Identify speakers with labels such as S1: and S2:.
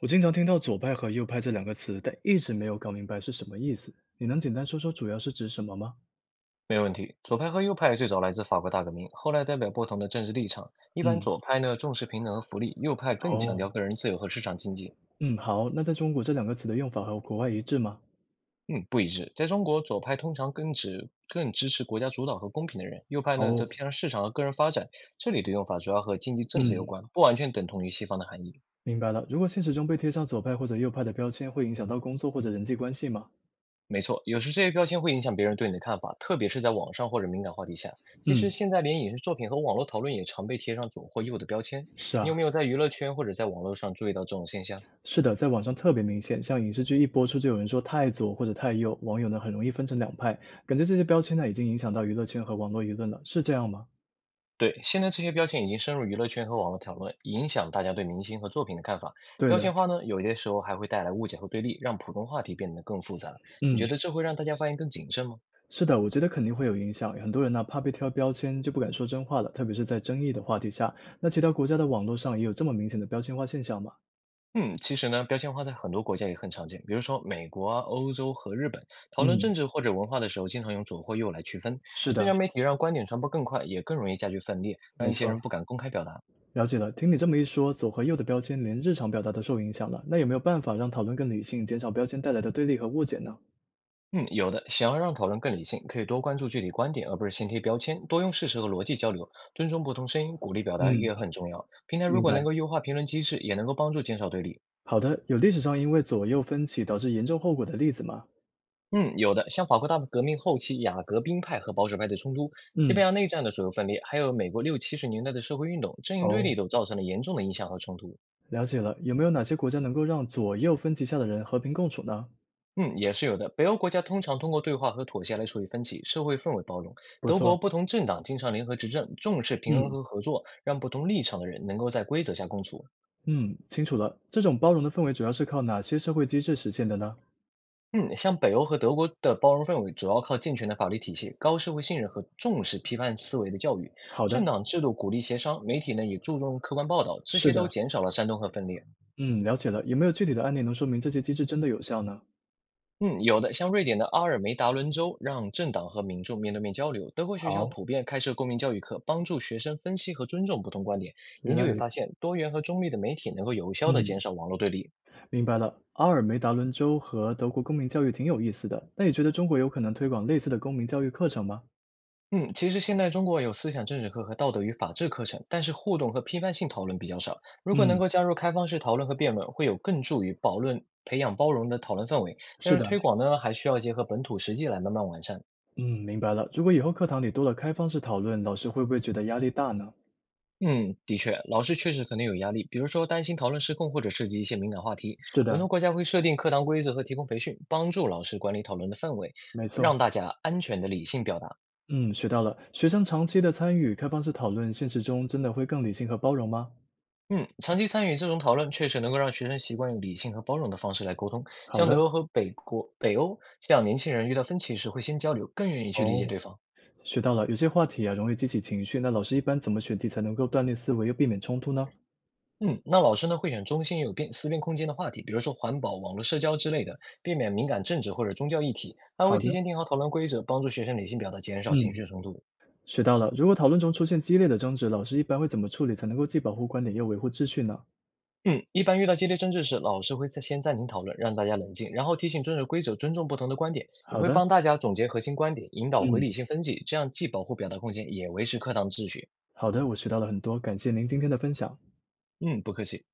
S1: 我经常听到左派和右派这两个词，但一直没有搞明白是什么意思。你能简单说说主要是指什么吗？
S2: 没问题。左派和右派最早来自法国大革命，后来代表不同的政治立场。一般
S1: 嗯，
S2: 左派呢重视平等和福利，右派更强
S1: 哦，
S2: 调个人自由和市场经济。
S1: 嗯，好。那在中国这两个词的用法和国外一致吗？
S2: 嗯，不一致。在中国，左派通常更指更支持国家主导和公平的人，右派呢
S1: 哦，
S2: 则偏向市场和个人发展。这里的用法主要和经济政策有
S1: 嗯，
S2: 关，不完全等同于西方的含义。
S1: 明白了。如果现实中被贴上左派或者右派的标签，会影响到工作或者人际关系吗？
S2: 没错，有时这些标签会影响别人对你的看法，特别是在网上或者敏感话题下。其
S1: 嗯，
S2: 实现在连影视作品和网络讨论也常被贴上左或右的标签。
S1: 是啊，
S2: 你有没有在娱乐圈或者在网络上注意到这种现象？
S1: 是的，在网上特别明显，像影视剧一播出就有人说太左或者太右，网友呢很容易分成两派，感觉这些标签呢已经影响到娱乐圈和网络舆论了，是这样吗？
S2: 对，现在这些标签已经深入娱乐圈和网络讨论，影响大家对明星和作品的看法。
S1: 对
S2: 标
S1: 的，
S2: 签化呢，有些时候还会带来误解和对立，让普通话题变得更复杂。你
S1: 嗯。
S2: 觉得这会让大家发言更谨慎吗？
S1: 是的，我觉得肯定会有影响。很多人呢，怕被贴标签，就不敢说真话了，特别是在争议的话题下。那其他国家的网络上也有这么明显的标签化现象吗？
S2: 嗯，其实呢，标签化在很多国家也很常见，比如说美国啊、欧洲和日本。讨论
S1: 嗯，
S2: 政治或者文化的时候，经常用左或右来区分。
S1: 是
S2: 社
S1: 的，
S2: 交媒体让观点传播更快，也更容易加剧分裂，让
S1: 没
S2: 一些
S1: 错，
S2: 人不敢公开表达。
S1: 了解了。听你这么一说，左和右的标签连日常表达都受影响了。那有没有办法让讨论更理性，减少标签带来的对立和误解呢？
S2: 嗯，有的。想要让讨论更理性，可以多关注具体观点，而不是先贴标签，多用事实和逻辑交流，尊重不同声音，鼓励表达
S1: 嗯，
S2: 也很重要。平台如
S1: 明
S2: 果能
S1: 白。
S2: 够优化评论机制，也能够帮助减少对立。
S1: 好的，有历史上因为左右分歧导致严重后果的例子吗？
S2: 嗯，有的。像法国大革命后期雅各宾派和保守派的冲突，西班
S1: 嗯，
S2: 牙内战的左右分裂，还有美国六七十年代的社会运动，阵营对
S1: 哦，
S2: 立都造成了严重的影响和冲突。
S1: 了解了。有没有哪些国家能够让左右分歧下的人和平共处呢？
S2: 嗯，也是有的。北欧国家通常通过对话和妥协来处理分歧，社会氛围包容。
S1: 不
S2: 德国
S1: 错，
S2: 不同政党经常联合执政，重视平衡
S1: 嗯。
S2: 和合作，让不同立场的人能够在规则下共处。
S1: 嗯，清楚了。这种包容的氛围主要是靠哪些社会机制实现的呢？
S2: 嗯，像北欧和德国的包容氛围，主要靠健全的法律体系、高社会信任和重视批判思维的教育。
S1: 好的，
S2: 政党制度鼓励协商，媒体呢也注重客观报道，这
S1: 是
S2: 些
S1: 的，
S2: 都减少了煽动和分裂。
S1: 嗯，了解了。有没有具体的案例能说明这些机制真的有效呢？
S2: 嗯，有的，像瑞典的阿尔梅达伦州，让政党和民众面对面交流；德国学校
S1: 好，
S2: 普遍开设公民教育课，帮助学生分析和尊重不同观点。
S1: 原
S2: 研
S1: 来
S2: 究也
S1: 如此，
S2: 发现，多元和中立的媒体能够有效地
S1: 嗯，
S2: 减少网络对立。
S1: 明白了。阿尔梅达伦州和德国公民教育挺有意思的。那你觉得中国有可能推广类似的公民教育课程吗？
S2: 嗯，其实现在中国有思想政治课和道德与法治课程，但是互动和批判性讨论比较少。如果能
S1: 嗯，
S2: 够加入开放式讨论和辩论，会有更助于保论培养包容的讨论氛围。但
S1: 是
S2: 是
S1: 的，
S2: 推广呢，还需要结合本土实际来慢慢完善。
S1: 嗯，明白了。如果以后课堂里多了开放式讨论，老师会不会觉得压力大呢？
S2: 嗯，的确，老师确实可能有压力，比如说担心讨论失控或者涉及一些敏感话题。
S1: 是
S2: 很
S1: 的，
S2: 多国家会设定课堂规则和提供培训，帮助老师管理讨论的氛围，
S1: 没错，
S2: 让大家安全的理性表达。
S1: 嗯，学到了。学生长期的参与开放式讨论，现实中真的会更理性和包容吗？
S2: 嗯，长期参与这种讨论，确实能够让学生习惯用理性和包容的方式来沟通。
S1: 好
S2: 像德
S1: 的。
S2: 国和北国、北欧，像年轻人遇到分歧时会先交流，更愿意去理解
S1: 哦，
S2: 对方。
S1: 学到了。有些话题啊，容易激起情绪，那老师一般怎么选题才能够锻炼思维，又避免冲突呢？
S2: 嗯，那老师呢会选中心，有辩思辨空间的话题，比如说环保、网络社交之类的，避免敏感政治或者宗教议题，还会
S1: 好的，
S2: 提前定好讨论规则，帮助学生理性表达，减少情
S1: 嗯，
S2: 绪冲突。
S1: 学到了。如果讨论中出现激烈的争执，老师一般会怎么处理才能够既保护观点又维护秩序呢？
S2: 嗯，一般遇到激烈争执时，老师会在先暂停讨论，让大家冷静，然后提醒遵守规则，尊重不同的观点，也
S1: 好
S2: 会
S1: 的，
S2: 帮大家总结核心观点，引导回
S1: 嗯，
S2: 理性分析，这样既保护表达空间，也维持课堂秩序。
S1: 好的，我学到了很多，感谢您今天的分享。
S2: 嗯，不客气。